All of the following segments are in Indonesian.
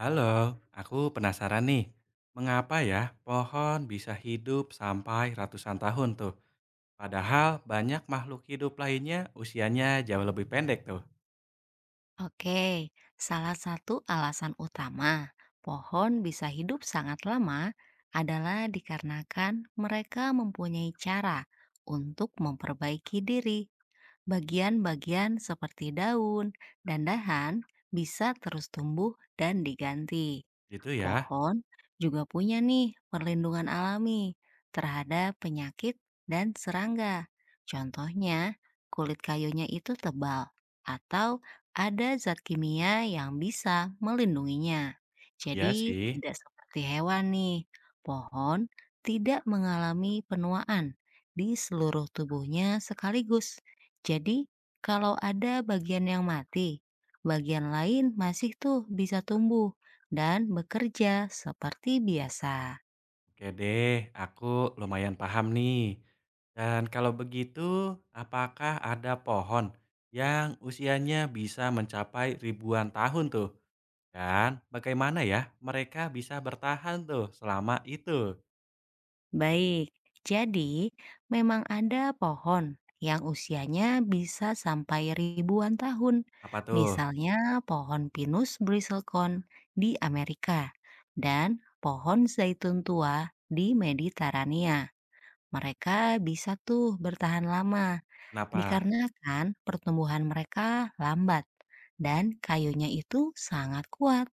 Halo, aku penasaran nih, mengapa ya pohon bisa hidup sampai ratusan tahun tuh? Padahal banyak makhluk hidup lainnya usianya jauh lebih pendek tuh. Oke, salah satu alasan utama pohon bisa hidup sangat lama adalah dikarenakan mereka mempunyai cara untuk memperbaiki diri. Bagian-bagian seperti daun dan dahan bisa terus tumbuh dan diganti. Gitu ya? Pohon juga punya nih perlindungan alami terhadap penyakit dan serangga. Contohnya, kulit kayunya itu tebal atau ada zat kimia yang bisa melindunginya. Iya Jadi sih. tidak seperti hewan nih, pohon tidak mengalami penuaan di seluruh tubuhnya sekaligus. Jadi kalau ada bagian yang mati, bagian lain masih tuh bisa tumbuh dan bekerja seperti biasa. Oke deh, aku lumayan paham nih. Dan kalau begitu, apakah ada pohon yang usianya bisa mencapai ribuan tahun tuh? Dan bagaimana ya mereka bisa bertahan tuh selama itu? Baik, jadi memang ada pohon yang usianya bisa sampai ribuan tahun. Apa tuh? Misalnya pohon pinus bristlecone di Amerika dan pohon zaitun tua di Mediterania. Mereka bisa tuh bertahan lama. Kenapa? Dikarenakan pertumbuhan mereka lambat dan kayunya itu sangat kuat.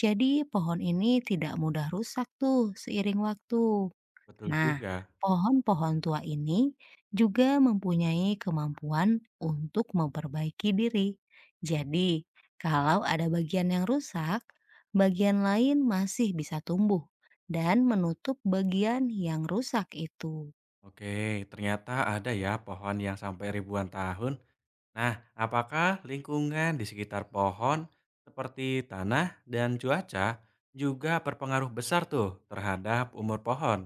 Jadi pohon ini tidak mudah rusak tuh seiring waktu. Betul Nah, juga. pohon-pohon tua ini juga mempunyai kemampuan untuk memperbaiki diri. Jadi, kalau ada bagian yang rusak, bagian lain masih bisa tumbuh dan menutup bagian yang rusak itu. Oke, ternyata ada ya pohon yang sampai ribuan tahun. Nah, apakah lingkungan di sekitar pohon seperti tanah dan cuaca juga berpengaruh besar tuh terhadap umur pohon?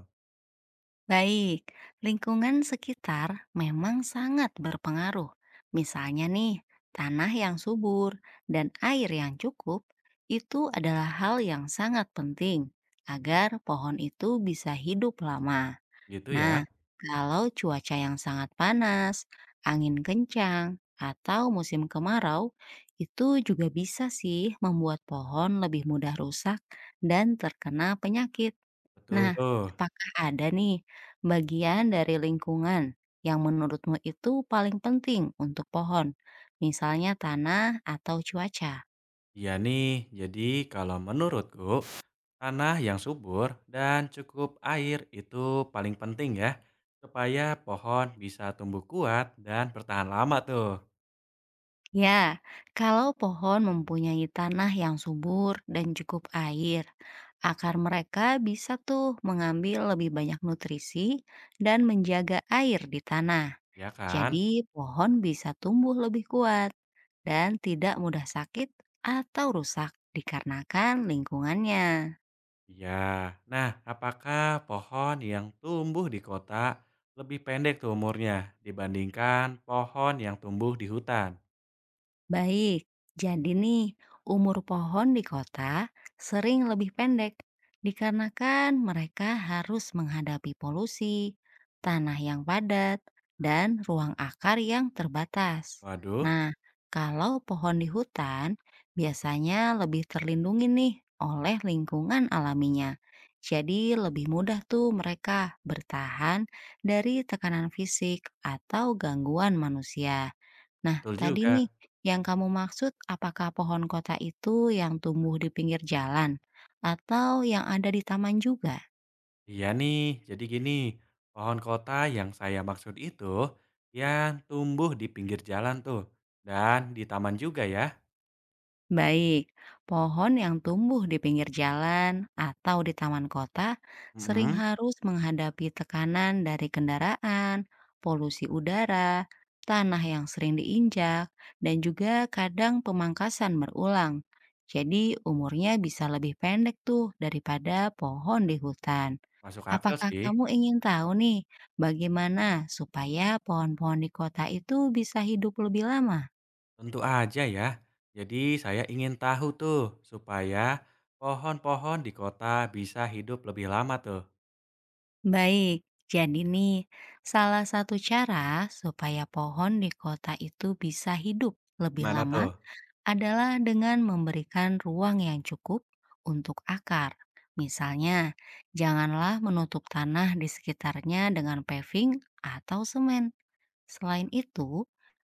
Baik, lingkungan sekitar memang sangat berpengaruh. Misalnya nih, tanah yang subur dan air yang cukup itu adalah hal yang sangat penting agar pohon itu bisa hidup lama. Gitu ya. Nah, kalau cuaca yang sangat panas, angin kencang, atau musim kemarau, itu juga bisa sih membuat pohon lebih mudah rusak dan terkena penyakit. Betul Nah, tuh. apakah ada nih bagian dari lingkungan yang menurutmu itu paling penting untuk pohon, misalnya tanah atau cuaca? Iya nih, jadi kalau menurutku tanah yang subur dan cukup air itu paling penting ya supaya pohon bisa tumbuh kuat dan bertahan lama tuh. Ya, kalau pohon mempunyai tanah yang subur dan cukup air, akar mereka bisa tuh mengambil lebih banyak nutrisi dan menjaga air di tanah. Ya kan? Jadi, pohon bisa tumbuh lebih kuat dan tidak mudah sakit atau rusak dikarenakan lingkungannya. Iya. Nah, apakah pohon yang tumbuh di kota lebih pendek tuh umurnya dibandingkan pohon yang tumbuh di hutan? Baik, jadi nih umur pohon di kota sering lebih pendek dikarenakan mereka harus menghadapi polusi, tanah yang padat, dan ruang akar yang terbatas. Waduh, Nah, kalau pohon di hutan biasanya lebih terlindungi nih oleh lingkungan alaminya. Jadi lebih mudah tuh mereka bertahan dari tekanan fisik atau gangguan manusia. Nah, betul tadi nih juga. yang kamu maksud apakah pohon kota itu yang tumbuh di pinggir jalan atau yang ada di taman juga? Iya nih, jadi gini, pohon kota yang saya maksud itu yang tumbuh di pinggir jalan tuh dan di taman juga ya. Baik, pohon yang tumbuh di pinggir jalan atau di taman kota sering Mm-mm, harus menghadapi tekanan dari kendaraan, polusi udara, tanah yang sering diinjak, dan juga kadang pemangkasan berulang. Jadi umurnya bisa lebih pendek tuh daripada pohon di hutan. masuk akal Apakah sih. kamu ingin tahu nih, bagaimana supaya pohon-pohon di kota itu bisa hidup lebih lama? Tentu aja ya. Jadi saya ingin tahu tuh supaya pohon-pohon di kota bisa hidup lebih lama tuh. Baik, jadi nih, salah satu cara supaya pohon di kota itu bisa hidup lebih Gimana lama tuh? adalah dengan memberikan ruang yang cukup untuk akar. Misalnya, janganlah menutup tanah di sekitarnya dengan paving atau semen. Selain itu,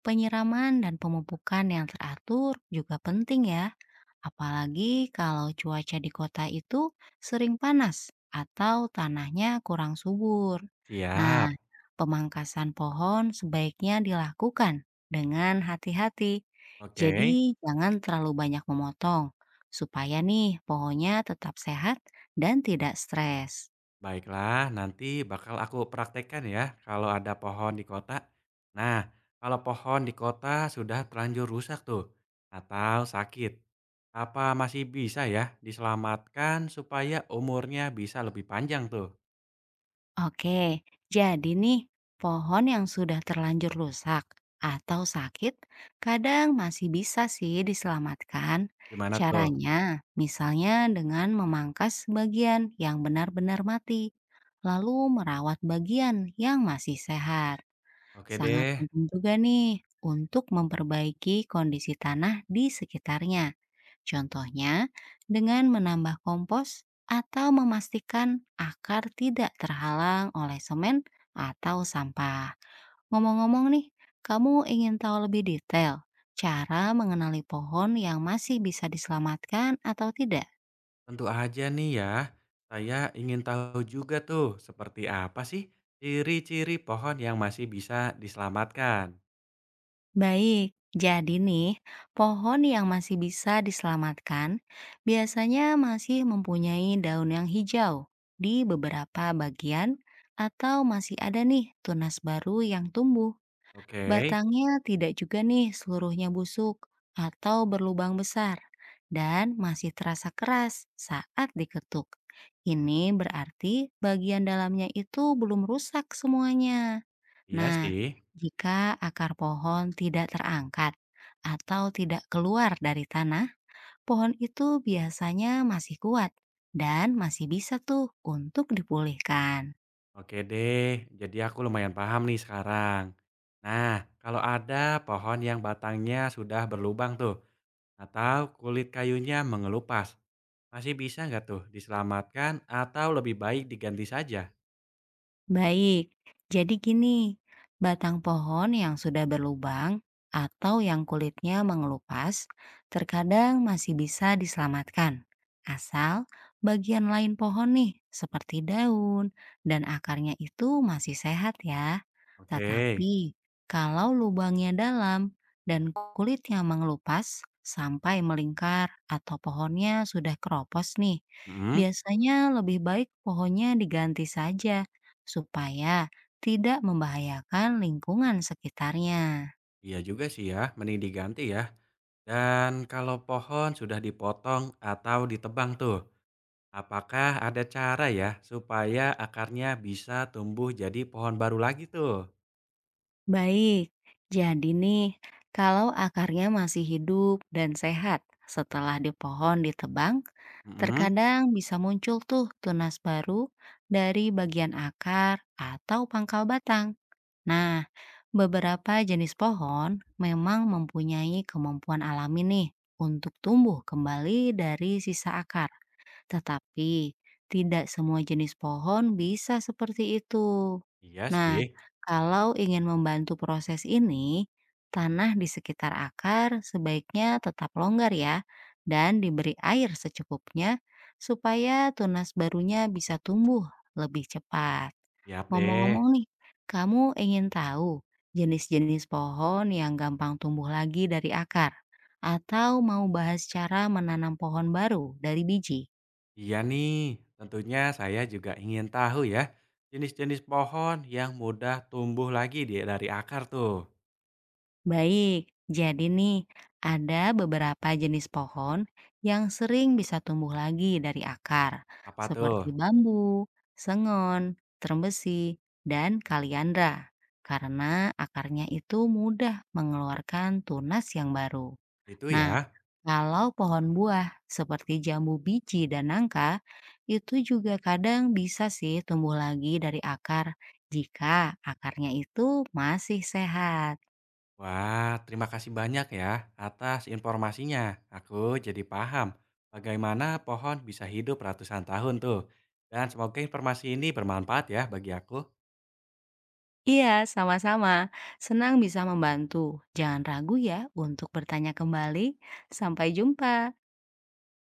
penyiraman dan pemupukan yang teratur juga penting ya, apalagi kalau cuaca di kota itu sering panas atau tanahnya kurang subur. Nah, Siap. pemangkasan pohon sebaiknya dilakukan dengan hati-hati. Oke. Jadi, jangan terlalu banyak memotong supaya nih pohonnya tetap sehat dan tidak stres. Baiklah, nanti bakal aku praktekkan ya kalau ada pohon di kota. Nah, kalau pohon di kota sudah terlanjur rusak tuh atau sakit, apa masih bisa ya diselamatkan supaya umurnya bisa lebih panjang tuh? Oke, jadi nih pohon yang sudah terlanjur rusak atau sakit kadang masih bisa sih diselamatkan. Gimana tuh? Caranya misalnya dengan memangkas bagian yang benar-benar mati, lalu merawat bagian yang masih sehat. Oke Sangat deh, penting juga nih untuk memperbaiki kondisi tanah di sekitarnya. Contohnya, dengan menambah kompos atau memastikan akar tidak terhalang oleh semen atau sampah. Ngomong-ngomong nih, kamu ingin tahu lebih detail cara mengenali pohon yang masih bisa diselamatkan atau tidak? tentu aja nih ya. Saya ingin tahu juga tuh seperti apa sih ciri-ciri pohon yang masih bisa diselamatkan. Baik, jadi nih, pohon yang masih bisa diselamatkan biasanya masih mempunyai daun yang hijau di beberapa bagian atau masih ada nih tunas baru yang tumbuh. Oke, Batangnya tidak juga nih seluruhnya busuk atau berlubang besar dan masih terasa keras saat diketuk. Ini berarti bagian dalamnya itu belum rusak semuanya. iya Nah, sih. jika akar pohon tidak terangkat atau tidak keluar dari tanah, pohon itu biasanya masih kuat dan masih bisa tuh untuk dipulihkan. Oke deh, jadi aku lumayan paham nih sekarang. Nah, kalau ada pohon yang batangnya sudah berlubang tuh, atau kulit kayunya mengelupas, masih bisa nggak tuh diselamatkan atau lebih baik diganti saja? Baik, jadi gini, batang pohon yang sudah berlubang atau yang kulitnya mengelupas terkadang masih bisa diselamatkan. Asal bagian lain pohon nih, seperti daun dan akarnya itu masih sehat ya. Oke, Tetapi kalau lubangnya dalam dan kulitnya mengelupas sampai melingkar atau pohonnya sudah keropos nih, mm, biasanya lebih baik pohonnya diganti saja supaya tidak membahayakan lingkungan sekitarnya. iya juga sih ya, mending diganti ya. Dan kalau pohon sudah dipotong atau ditebang tuh, apakah ada cara ya supaya akarnya bisa tumbuh jadi pohon baru lagi tuh? Baik, jadi nih, kalau akarnya masih hidup dan sehat setelah di pohon ditebang, Mm, terkadang bisa muncul tuh tunas baru dari bagian akar atau pangkal batang. Nah, beberapa jenis pohon memang mempunyai kemampuan alami nih untuk tumbuh kembali dari sisa akar. Tetapi, tidak semua jenis pohon bisa seperti itu. iya sih. Nah, kalau ingin membantu proses ini, tanah di sekitar akar sebaiknya tetap longgar ya, dan diberi air secukupnya supaya tunas barunya bisa tumbuh lebih cepat. Siap deh. Ngomong-ngomong nih, kamu ingin tahu jenis-jenis pohon yang gampang tumbuh lagi dari akar? Atau mau bahas cara menanam pohon baru dari biji? Iya nih, tentunya saya juga ingin tahu ya, jenis-jenis pohon yang mudah tumbuh lagi dari akar tuh. Baik, jadi nih ada beberapa jenis pohon yang sering bisa tumbuh lagi dari akar, Apa tuh? seperti bambu, sengon, trembesi, dan kaliandra, karena akarnya itu mudah mengeluarkan tunas yang baru. Itu Nah, ya. kalau pohon buah seperti jambu biji dan nangka, itu juga kadang bisa sih tumbuh lagi dari akar jika akarnya itu masih sehat. Wah, terima kasih banyak ya atas informasinya. Aku jadi paham bagaimana pohon bisa hidup ratusan tahun tuh. Dan semoga informasi ini bermanfaat ya bagi aku. Iya, sama-sama. Senang bisa membantu. Jangan ragu ya untuk bertanya kembali. Sampai jumpa.